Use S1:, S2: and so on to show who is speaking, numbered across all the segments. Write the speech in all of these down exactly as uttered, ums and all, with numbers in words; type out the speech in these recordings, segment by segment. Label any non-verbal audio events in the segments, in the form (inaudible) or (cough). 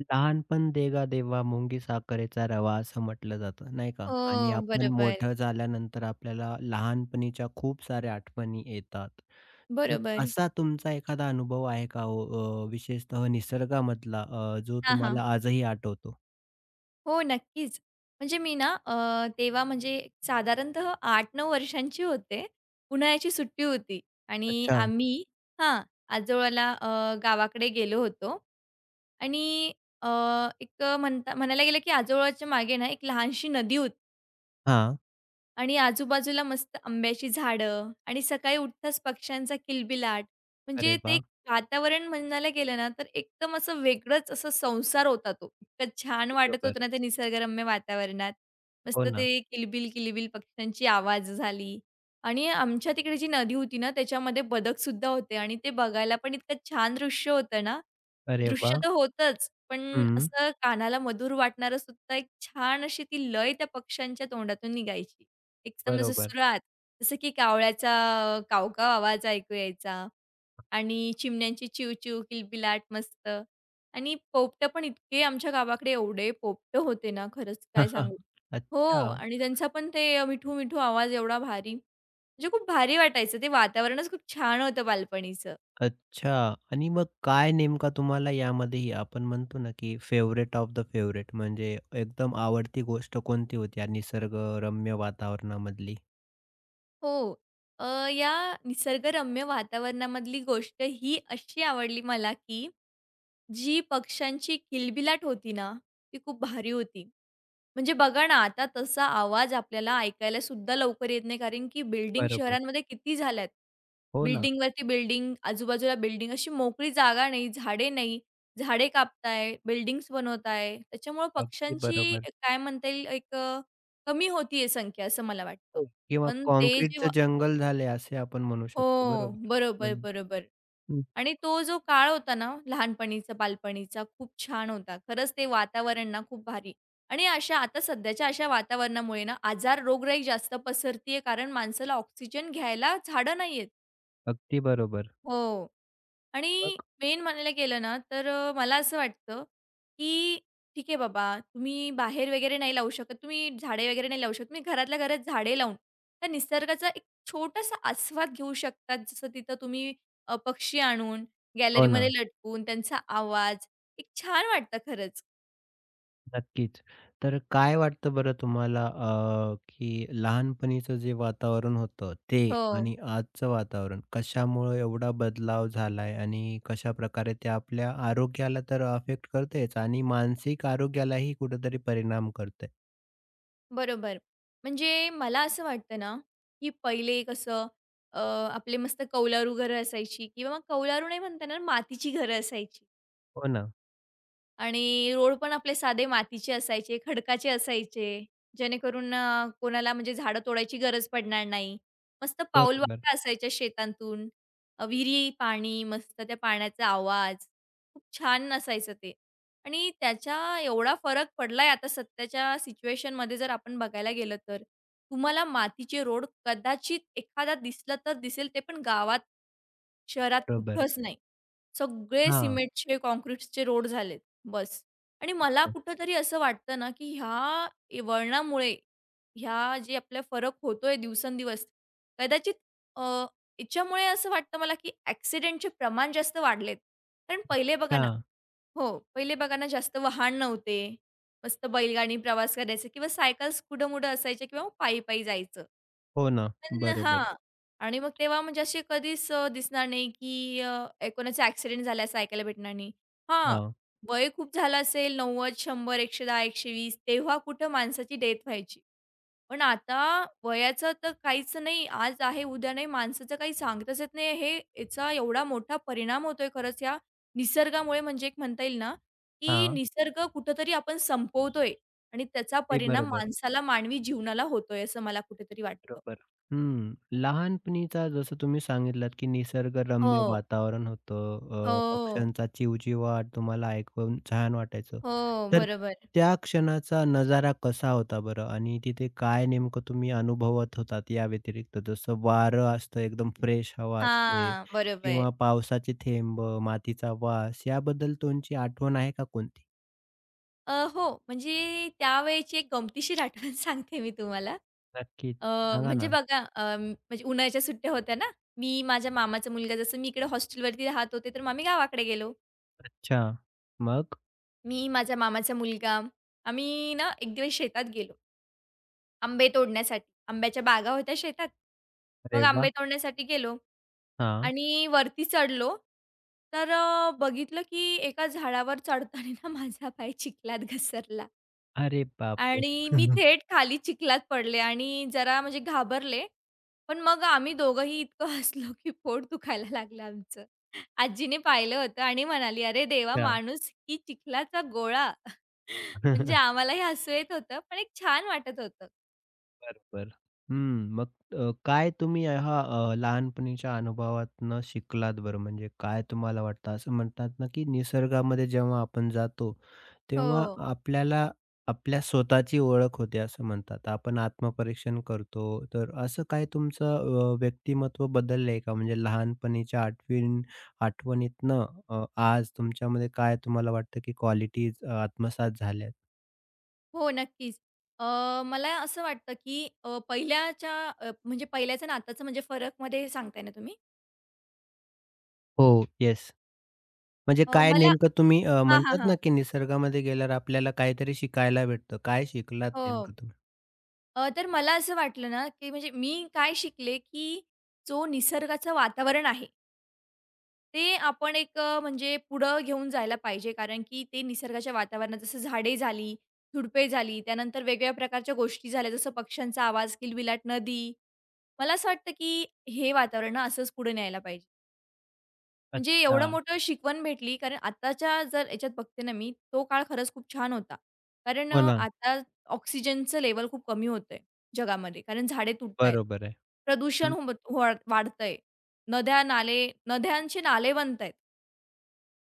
S1: लहानपण देगा देवा मुंगी साखरेचा रवा असं म्हटलं जातं नाही का? आणि
S2: हो,
S1: आपण
S2: बरोबर,
S1: मोठं झाल्यानंतर आपल्याला लहानपणीच्या खूप साऱ्या आठवणी येतात. तर
S2: बरोबर.
S1: असा तुमचा एखादा अनुभव आहे का हो अ, विशेषतः निसर्गामधला अ, जो
S2: हां, हां.
S1: तुम्हाला आजही आठवतो?
S2: हो, नक्कीच. म्हणजे मी ना अ, तेव्हा म्हणजे साधारणतः आठ नऊ वर्षांची होते. उन्हाळ्याची सुट्टी होती आणि
S1: अच्छा.
S2: आम्ही हां, आजोळाला अ, गावाकडे गेलो होतो आणि अ, एक म्हणता म्हणायला गेलं की आजोळाच्या मागे ना एक लहानशी नदी होती.
S1: हां.
S2: आणि आजूबाजूला मस्त आंब्याची झाडं आणि सकाळी उठताच पक्ष्यांचा किलबिलाट.
S1: अरे
S2: म्हणजे ते
S1: वाह!
S2: एक वातावरण म्हणायला गेलं ना, तर एकदम असं वेगळंच असा संसार होता तो. इतकं छान वाटत
S1: बरोबर.
S2: होतं ना, ते निसर्गरम्य वातावरणात.
S1: हो
S2: मस्त
S1: ना.
S2: ते किलबिल-किलबिल पक्ष्यांची आवाज झाली आणि आमच्या तिकडे जी नदी होती ना, त्याच्यामध्ये बदकसुद्धा होते आणि ते बघायला पण इतकं छान दृश्य होतं ना,
S1: अरे
S2: दृश्य
S1: वाह!
S2: तर होतंच, पण
S1: हं.
S2: असं कानाला मधुर वाटणारं सुद्धा एक छान अशी ती लय त्या पक्ष्यांच्या तोंडातून निघायची. एकदम असं
S1: बरोबर.
S2: सुरात. जसं की कावळ्याचा अ, कावकाव आवाज ऐकू यायचा आणि चिमण्यांची चिवचिव, किलबिलाट मस्त आणि पोपटं पण इतके आमच्या गावाकडे एवढे पोपटं होते ना, खरंच काय
S1: (laughs)
S2: सांगू. हो
S1: अच्छा.
S2: आणि त्यांचा पण ते मिठू-मिठू आवाज एवढा भारी. म्हणजे खूप भारी वाटायचं. ते वातावरणच खूप छान होतं बालपणीचं.
S1: अच्छा आणि मग काय नेमका तुम्हाला यामध्येही आपण म्हणतो ना, की फेवरेट ऑफ द फेवरेट, म्हणजे एकदम आवडती गोष्ट कोणती होती या निसर्गरम्य वातावरणामधली?
S2: हो. अ, या निसर्गरम्य वातावरणामधली गोष्ट ही अशी आवडली मला, की जी पक्ष्यांची किलबिलाट होती ना, ती खूप भारी होती. म्हणजे बघा ना, आता तसा आवाज आपल्याला ऐकायला सुद्धा लवकर येत नाही, कारण की बिल्डिंग
S1: बरोबर.
S2: शहरांमध्ये किती झाल्यात.
S1: हो ना,
S2: बिल्डिंगवरती बिल्डिंग, आजूबाजूला बिल्डिंग, अशी मोकळी जागा नाही, झाडे नाही. झाडे कापताय, बिल्डिंग्स बनवताय. त्याच्यामुळं
S1: अगदी
S2: पक्ष्यांची
S1: बरोबर.
S2: काय म्हणता येईल, एक अ, कमी होती संख्या असं मला वाटतं.
S1: हो. किंवा
S2: पण ते जे
S1: काँक्रीटचं जंगल झाले असे आपण म्हणू शकतो.
S2: हो.
S1: बरोबर.
S2: बरोबर,
S1: म्हण
S2: बरोबर.
S1: हं.
S2: आणि तो जो काळ होता ना, लहानपणीचा, बालपणीचा खूप छान होता. खरंच ते वातावरण ना खूप भारी. आणि अशा आता सध्याच्या अशा वातावरणामुळे ना आजार, रोगराई जास्त पसरतीये कारण माणसाला ऑक्सिजन घ्यायला झाडं नाहीयेत.
S1: अगदी बरोबर.
S2: हो. आणि
S1: मग
S2: मेन म्हणायला गेलं ना, तर अ, मला असं वाटतं, की ठीक आहे बाबा, तुम्ही बाहेर वगैरे नाही लावू शकत, तुम्ही झाडे वगैरे नाही लावू शकत. तुम्ही घरातल्या घरात झाडे लावून त्या निसर्गाचा एक छोटासा आस्वाद घेऊ शकतात. जसं तिथं तुम्ही अ, पक्षी आणून
S1: हो ना.
S2: गॅलरीमध्ये लटकून त्यांचा आवाज, एक छान वाटतं खरंच.
S1: नक्कीच. तर काय वाटतं बरं तुम्हाला अ, की लहानपणीचं जे वातावरण होतं ते
S2: हो,
S1: आणि आजचं वातावरण कशामुळे एवढा बदलाव झालाय आणि कशाप्रकारे ते आपल्या आरोग्याला तर अफेक्ट करतेच आणि मानसिक आरोग्यालाही कुठेतरी परिणाम करते.
S2: बरोबर. म्हणजे मला असं वाटतं ना, की पहिले कसं अ, आपले मस्त कौलारू घरं असायची किंवा मग कौलारू नाही म्हणता येणार, मातीची घरं असायची.
S1: हो ना.
S2: आणि रोड पण आपले साधे मातीचे असायचे, खडकाचे असायचे, जेणेकरून अ, कोणाला म्हणजे झाडं तोडायची गरज पडणार नाही. मस्त
S1: बरोबर,
S2: पाऊलवाटा असायच्या शेतांतून. अ, विहिरी, पाणी, मस्त त्या पाण्याचा आवाज. खूप छान असायचं ते आणि त्याच्या एवढा फरक पडलाय आता सध्याच्या सिच्युएशनमध्ये जर आपण बघायला गेलं तर. तुम्हाला मातीचे रोड कदाचित एखादा दिसला तर दिसेल, ते पण गावात, शहरात
S1: बरोबर.
S2: कुठंच नाही. सगळे
S1: हां.
S2: सिमेंटचे, काँक्रीट्सचे रोड झालेत. बस. आणि मला कुठेतरी असं वाटतं ना, की ह्या ए वळणामुळे, ह्या जे आपला फरक होतोय दिवसेंदिवस, कदाचित अ, याच्यामुळे असं वाटतं मला, की ॲक्सिडेंटचे प्रमाण जास्त वाढलेत. कारण पहिले बघा
S1: अच्छा.
S2: ना, हो, पहिले बघा ना जास्त वाहन नव्हते. मस्त बैलगाडीने प्रवास करायचा किंवा सायकल स्कुडं-मुडं असायच्या किंवा पायी-पायी जायचं.
S1: हो ना.
S2: पण हां
S1: बरोबर.
S2: आणि मग तेव्हा म्हणजे अशी कधीच अ, दिसणार नाही, की अ, ए कोणाचा ॲक्सिडेंट झाला सायकल भेटणार नाही. हां,
S1: हां,
S2: वय खूप झालं असेल नव्वद, शंभर, एकशे दहा, एकशे वीस तेव्हा कुठं माणसाची डेथ व्हायची. पण आता वयाचं तर काहीच नाही. आज आहे, उद्या नाही. माणसाचं काही सांगताच येत नाही. हे याचा एवढा मोठा परिणाम होतोय खरंच या निसर्गामुळे म्हणजे एक म्हणता येईल ना, की
S1: हां.
S2: निसर्ग कुठेतरी आपण संपवतोय आणि त्याचा
S1: ते
S2: परिणाम
S1: बरोबर.
S2: माणसाला, मानवी जीवनाला होतोय असं मला कुठेतरी वाटतं.
S1: बरोबर. हं. लहानपणीचा जसं तुम्ही सांगितलात, की निसर्गरम्य
S2: हो,
S1: वातावरण होतं. अ,
S2: हो,
S1: पक्ष्यांचा चिवचिवाट तुम्हाला ऐकून छान वाटायचं.
S2: हो.
S1: तर
S2: बरोबर.
S1: त्या क्षणाचा नजारा कसा होता बरं? आणि तिथे काय नेमकं तुम्ही अनुभवत होतात या व्यतिरिक्त? जसं वारं असतं, एकदम फ्रेश हवा असते
S2: हां, बरोबर.
S1: किंवा पावसाचे थेंब, मातीचा वास याबद्दल तुमची आठवण आहे का कोणती?
S2: अ, हो, म्हणजे त्यावेळची एक गमतीशीर आठवण (laughs) सांगते मी तुम्हाला.
S1: नक्कीच.
S2: अ,
S1: सांगा
S2: म्हणजे
S1: ना.
S2: बघा अ, म्हणजे उन्हाळ्याच्या सुट्ट्या होत्या ना, मी माझ्या मामाचा मुलगा जसं मी इकडे हॉस्टेलवरती राहत होते, तर मग आम्ही गावाकडे गेलो.
S1: अच्छा. मग?
S2: मी, माझा मामाचा मुलगा, आम्ही ना एक दिवस शेतात गेलो आंबे तोडण्यासाठी. आंब्याच्या बागा होत्या शेतात. मग
S1: अरे
S2: आंबे
S1: वाह!
S2: तोडण्यासाठी गेलो
S1: हां.
S2: आणि वरती चढलो, तर अ, बघितलं की एका झाडावर चढताना ना माझा पाय चिखलात घसरला.
S1: अरे बापरे!
S2: आणि मी
S1: (laughs)
S2: थेट खाली चिखलात पडले आणि जरा म्हणजे घाबरले. पण मग आम्ही दोघंही इतकं (laughs) हसलो, की पोट दुखायला लागलं आमचं. आजीने पाहिलं होतं आणि म्हणाली, "अरे देवा!
S1: अच्छा.
S2: माणूस की चिखलाचा गोळा." (laughs) म्हणजे
S1: (laughs)
S2: आम्हालाही हसू येत होतं, पण एक छान वाटत होतं.
S1: बरं, बरं. हं. मग अ, काय तुम्ही ह्या अ, लहानपणीच्या अनुभवातनं शिकलात बरं? म्हणजे काय तुम्हाला वाटतं? असं म्हणतात ना, की निसर्गामध्ये जेव्हा आपण जातो, तेव्हा
S2: हो.
S1: आपल्याला आपल्या स्वतःची ओळख होते असं म्हणतात. आपण आत्मपरीक्षण करतो. तर असं काय तुमचं अ, व्यक्तिमत्व बदललंय का? म्हणजे लहानपणीच्या आठवीन आठवणीतनं अ, आज तुमच्यामध्ये काय तुम्हाला वाटतं, की क्वालिटीज आत्मसात झाल्यात?
S2: हो, नक्कीच. अ, मला असं वाटतं, की अ, पहिल्याच्या अ, म्हणजे पहिल्याचं आणि आताचं म्हणजे फरकमध्ये सांगताय ना तुम्ही?
S1: हो. येस. म्हणजे
S2: अ,
S1: काय
S2: मला
S1: नेमकं तुम्ही अ,
S2: हां, हां,
S1: म्हणतात
S2: हां.
S1: ना, की निसर्गामध्ये गेल्यावर आपल्याला काहीतरी शिकायला भेटतं. काय शिकलात
S2: हो.
S1: नेमकं तुम्ही?
S2: अ, तर मला असं वाटलं ना, की म्हणजे मी काय शिकले, की जो निसर्गाचं वातावरण आहे, ते आपण एक अ, म्हणजे पुढं घेऊन जायला पाहिजे. कारण की ते निसर्गाच्या वातावरणात जसं झाडे झाली, झुडपे झाली, त्यानंतर वेगवेगळ्या प्रकारच्या गोष्टी झाल्या, जसं पक्ष्यांचा आवाज, किलबिलाट, नदी. मला असं वाटतं, की हे वातावरण ना असंच पुढे न्यायला पाहिजे. म्हणजे एवढं
S1: अच्छा.
S2: मोठं शिकवण भेटली कारण आत्ताच्या जर याच्यात बघते ना मी, तो काळ खरंच खूप छान होता. कारण अ,
S1: हो ना,
S2: आता ऑक्सिजनचं लेवल खूप कमी होतंय जगामध्ये. कारण झाडे तुटतायत.
S1: बरोबर आहे.
S2: प्रदूषण
S1: हं,
S2: होत वा वाढतंय. नद्या, नाले नद्यांचे नाले बनतायत.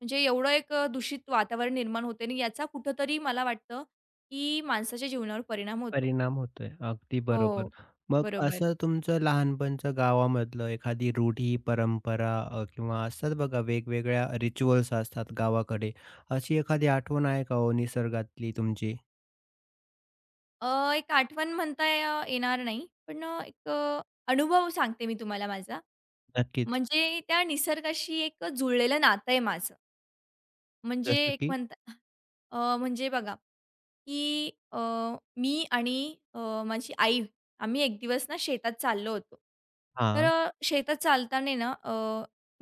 S2: म्हणजे एवढं एक अ, दूषित वातावरण निर्माण होते आणि याचा कुठेतरी मला वाटतं, की माणसाच्या जीवनावर परिणाम होतो.
S1: परिणाम होतोय. अगदी बरोबर.
S2: हो,
S1: मग
S2: बरोबर.
S1: असं तुमचं लहानपणचं गावामधलं एखादी रूढी, परंपरा अ, किंवा असतात बघा वेगवेगळ्या रिच्युअल्स असतात गावाकडे. अशी एखादी आठवण आहे का हो निसर्गातली तुमची?
S2: अ, एक आठवण म्हणता अ, येणार नाही. पण अ, एक अ, अनुभव सांगते मी तुम्हाला माझा.
S1: नक्कीच.
S2: म्हणजे त्या निसर्गाशी एक अ, जुळलेलं नातं आहे माझं. म्हणजे
S1: जसं
S2: एक
S1: की
S2: म्हणता अ, म्हणजे बघा, की अ, मी आणि अ, माझी आई आम्ही एक दिवस ना शेतात चाललो होतो. तर
S1: हां.
S2: अ, शेतात चालताना ना अ,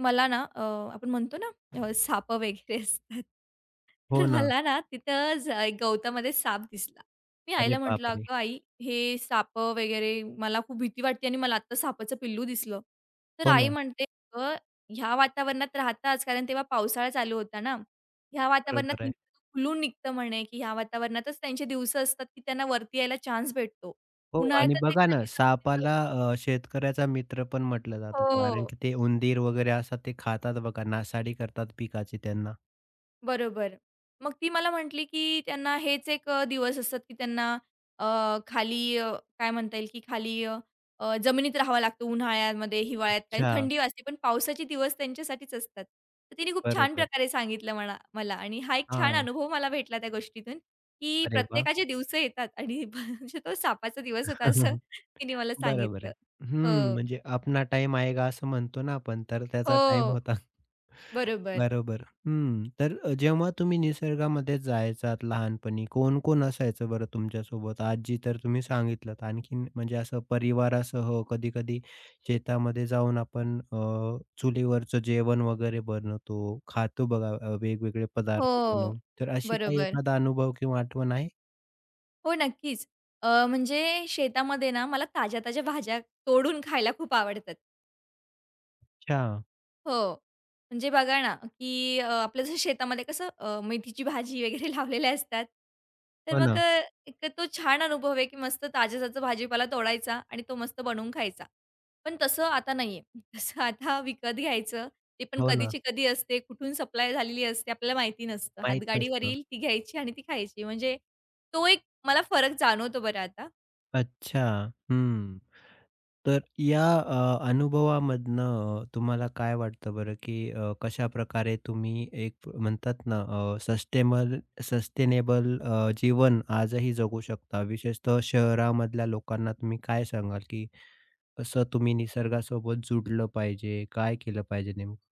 S2: मला ना अ, आपण म्हणतो ना अ, सापं वगैरे असतात. तर
S1: हो ना.
S2: मला ना तिथं ज एक गवतामध्ये साप दिसला. मी
S1: अरे
S2: आईला म्हटलं,
S1: बापरे!
S2: "अगं आई, हे साप वगैरे मला खूप भीती वाटते आणि मला आत्ता सापाचं पिल्लू दिसलं." तर
S1: हो
S2: आई
S1: ना.
S2: म्हणते, "अगं, ह्या वातावरणात राहताच कारण तेव्हा पावसाळा चालू होता ना. ह्या वातावरणात
S1: बरोबर आहे.
S2: निसर्ग खुलून निघतं म्हणे, की ह्या वातावरणातच त्यांचे दिवसं असतात, की त्यांना वरती यायला चान्स भेटतो.
S1: हो
S2: उन्हाळ्यात
S1: आणि
S2: तर ते
S1: बघा ना,
S2: खाली जमिनीत"
S1: सापाला
S2: असतात.
S1: अ, शेतकऱ्याचा मित्र पण म्हटलं जातं. कारण
S2: हो.
S1: की ते उंदीर वगैरे असतात ते खातात बघा, नासाडी करतात पिकाची त्यांना.
S2: बरोबर. मग ती मला म्हटली, की त्यांना हेच एक अ, दिवस असतात, की त्यांना अ, खाली अ, काय म्हणता येईल, की खाली अ, अ, जमिनीत राहावं लागतं उन्हाळ्यामध्ये, हिवाळ्यात कारण
S1: अच्छा,
S2: थंडी वाजते, पण पावसाचे दिवस त्यांच्यासाठीच असतात. तर तिने खूप छान
S1: बरोबर.
S2: प्रकारे सांगितलं म्हणा मला आणि हा एक छान
S1: हां,
S2: अनुभव मला भेटला त्या गोष्टीतून, की
S1: अरे वाह!
S2: प्रत्येकाचे दिवस येतात आणि (laughs) म्हणजे तो सापाचा दिवस होता असं
S1: (laughs)
S2: तिने मला
S1: बरोबर
S2: सांगितलं.
S1: आहे. हं,
S2: हो.
S1: म्हणजे अपना टाईम आएगा असं म्हणतो ना आपण, तर त्याचा टाईम
S2: हो.
S1: होता.
S2: बरोबर.
S1: बरोबर. हं. तर अ, जेव्हा तुम्ही निसर्गामध्ये जायचात लहानपणी, कोण-कोण असायचं बरं तुमच्यासोबत? आजी तर तुम्ही सांगितलंत. आणखीन म्हणजे असं परिवारासह कधी-कधी शेतामध्ये जाऊन आपण अ, चुलीवरचं जेवण वगैरे बनवतो, खातो बघा अ, वेगवेगळे पदार्थ
S2: हो.
S1: बनवून. तर अशी काही
S2: बरोबर.
S1: एखादा अनुभव किंवा आठवण आहे?
S2: हो, नक्कीच. अ, म्हणजे शेतामध्ये ना मला ताज्या-ताज्या भाज्या तोडून खायला खूप आवडतात.
S1: अच्छा.
S2: हो. म्हणजे बघा ना, की अ, आपलं जसं शेतामध्ये कसं अ, मेथीची भाजी वगैरे (laughs) लावलेल्या असतात. तर
S1: हो
S2: मग
S1: ना.
S2: अ, एक तो छान अनुभव आहे, की मस्त ताजा-ताजा भाजीपाला तोडायचा आणि तो मस्त बनवून खायचा. पण तसं आता नाहीये. (laughs) तसं आता विकत घ्यायचं. ते पण
S1: हो ना.
S2: कधीची कधी असते, कुठून सप्लाय झालेली असते आपल्याला माहिती नसतं.
S1: माहीत
S2: हातगाडीवर
S1: नसतं.
S2: येईल ती घ्यायची आणि ती खायची. म्हणजे तो एक मला फरक जाणवतो बरं आता.
S1: अच्छा. हं. तर या अ, अनुभवामधनं अ, तुम्हाला काय वाटतं बरं, की अ, कशा प्रकारे तुम्ही एक म्हणतात ना अ, सस्टेनेबल जीवन आजही जगू शकता? विशेषतः शहरामधल्या लोकांना तुम्ही काय सांगाल, की कसं तुम्ही निसर्गासोबत जुडलं पाहिजे? काय केलं पाहिजे